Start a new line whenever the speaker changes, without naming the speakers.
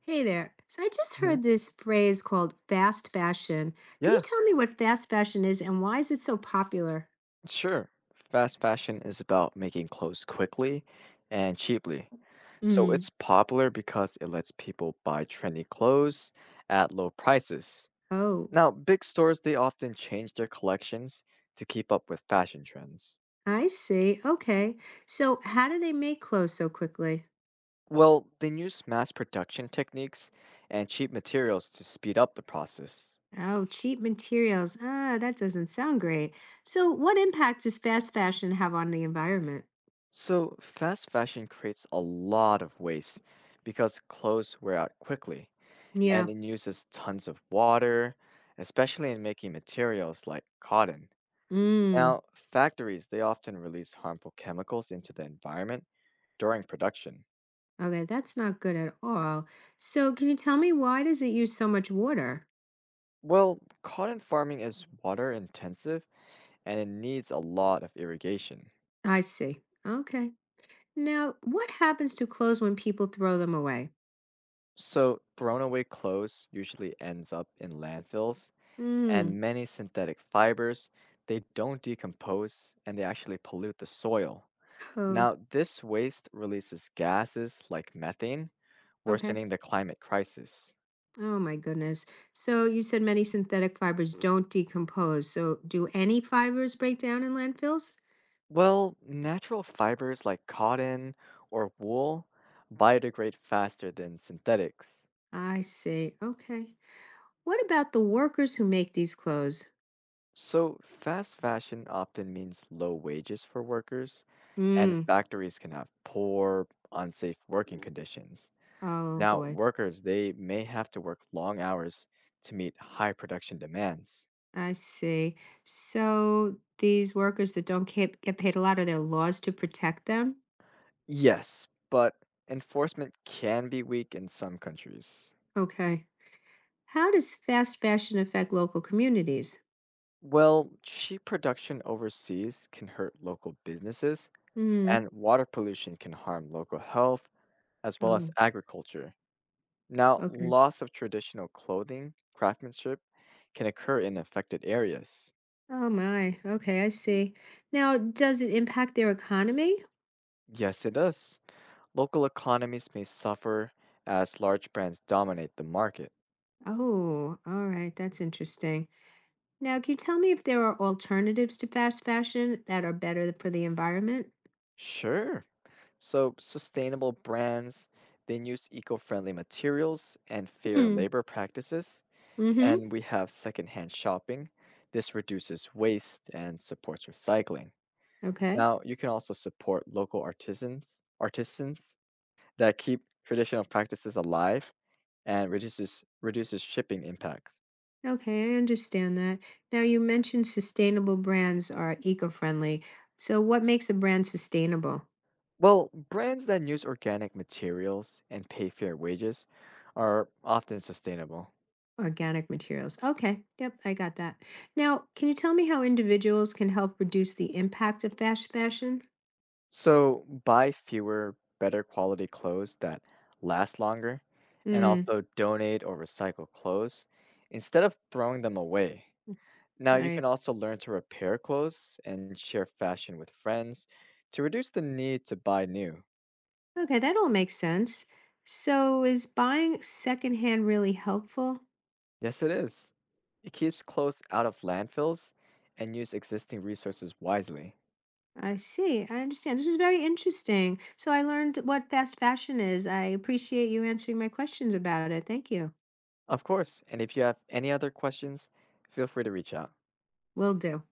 Hey there. So I just
Mhm.
heard this phrase called fast fashion. Could you
Yeah,
tell me what fast fashion is and why is it so popular?
sure. Fast fashion is about making clothes quickly and cheaply. So
Mm.
it's popular because it lets people buy trendy clothes at low prices.
Oh,
Now, big stores they often change their collections to keep up with fashion trends.
I see. Okay. So how do they make clothes so quickly?
Well, they use mass production techniques and cheap materials to speed up the process.
Oh, cheap materials. Ah, that doesn't sound great. So what impact does fast fashion have on the environment?
So, fast fashion creates a lot of waste because clothes wear out quickly, and
Yeah.
it uses tons of water, especially in making materials like cotton.
Mm.
Now, factories, they often release harmful chemicals into the environment during production.
Okay, that's not good at all. So can you tell me why does it use so much water?
Well, cotton farming is water intensive and it needs a lot of irrigation.
I see. Okay. Now, what happens to clothes when people throw them away?
So, thrown away clothes usually ends up in landfills,
Mm.
and many synthetic fibers, they don't decompose and they actually pollute the soil.
Oh,
Now, this waste releases gases like methane,
okay.
worsening the climate crisis.
Oh my goodness. So you said many synthetic fibers don't decompose. So do any fibers break down in landfills?
Well, natural fibers like cotton or wool biodegrade faster than synthetics.
I see. Okay. What about the workers who make these clothes?
So, fast fashion often means low wages for workers, and
Mm.
factories can have poor, unsafe working conditions.
Oh
Now,
boy.
workers, they may have to work long hours to meet high production demands.
I see. So these workers that don't get paid a lot, are there laws to protect them?
Yes, but enforcement can be weak in some countries.
Okay. How does fast fashion affect local communities?
Well, cheap production overseas can hurt local businesses,
Mm.
and water pollution can harm local health as well as
Oh,
agriculture. Now,
okay.
loss of traditional clothing, craftsmanship, can occur in affected areas.
Oh my. Okay, I see. Now, does it impact their economy?
Yes, it does. Local economies may suffer as large brands dominate the market.
Oh, all right. That's interesting. Now, can you tell me if there are alternatives to fast fashion that are better for the environment?
Sure. So, sustainable brands, they use eco-friendly materials and fair
Hmm.
labor practices,
Mm-hmm.
and we have secondhand shopping. This reduces waste and supports recycling.
Okay.
Now, you can also support local artisans, artisans that keep traditional practices alive and reduces shipping impacts.
Okay, I understand that. Now, you mentioned sustainable brands are eco-friendly. So, what makes a brand sustainable?
Well, brands that use organic materials and pay fair wages are often sustainable.
Organic materials. Okay. Yep, I got that. Now, can you tell me how individuals can help reduce the impact of fast fashion?
So buy fewer, better quality clothes that last longer, and
Hmm.
also donate or recycle clothes instead of throwing them away. Now, you can
Right.
also learn to repair clothes and share fashion with friends to reduce the need to buy new.
Okay, that all makes sense. So, is buying secondhand really helpful?
Yes, it is. It keeps clothes out of landfills and use existing resources wisely.
I see. I understand. This is very interesting. So, I learned what fast fashion is. I appreciate you answering my questions about it. Thank you.
Of course, and if you have any other questions, feel free to reach out.
Will do.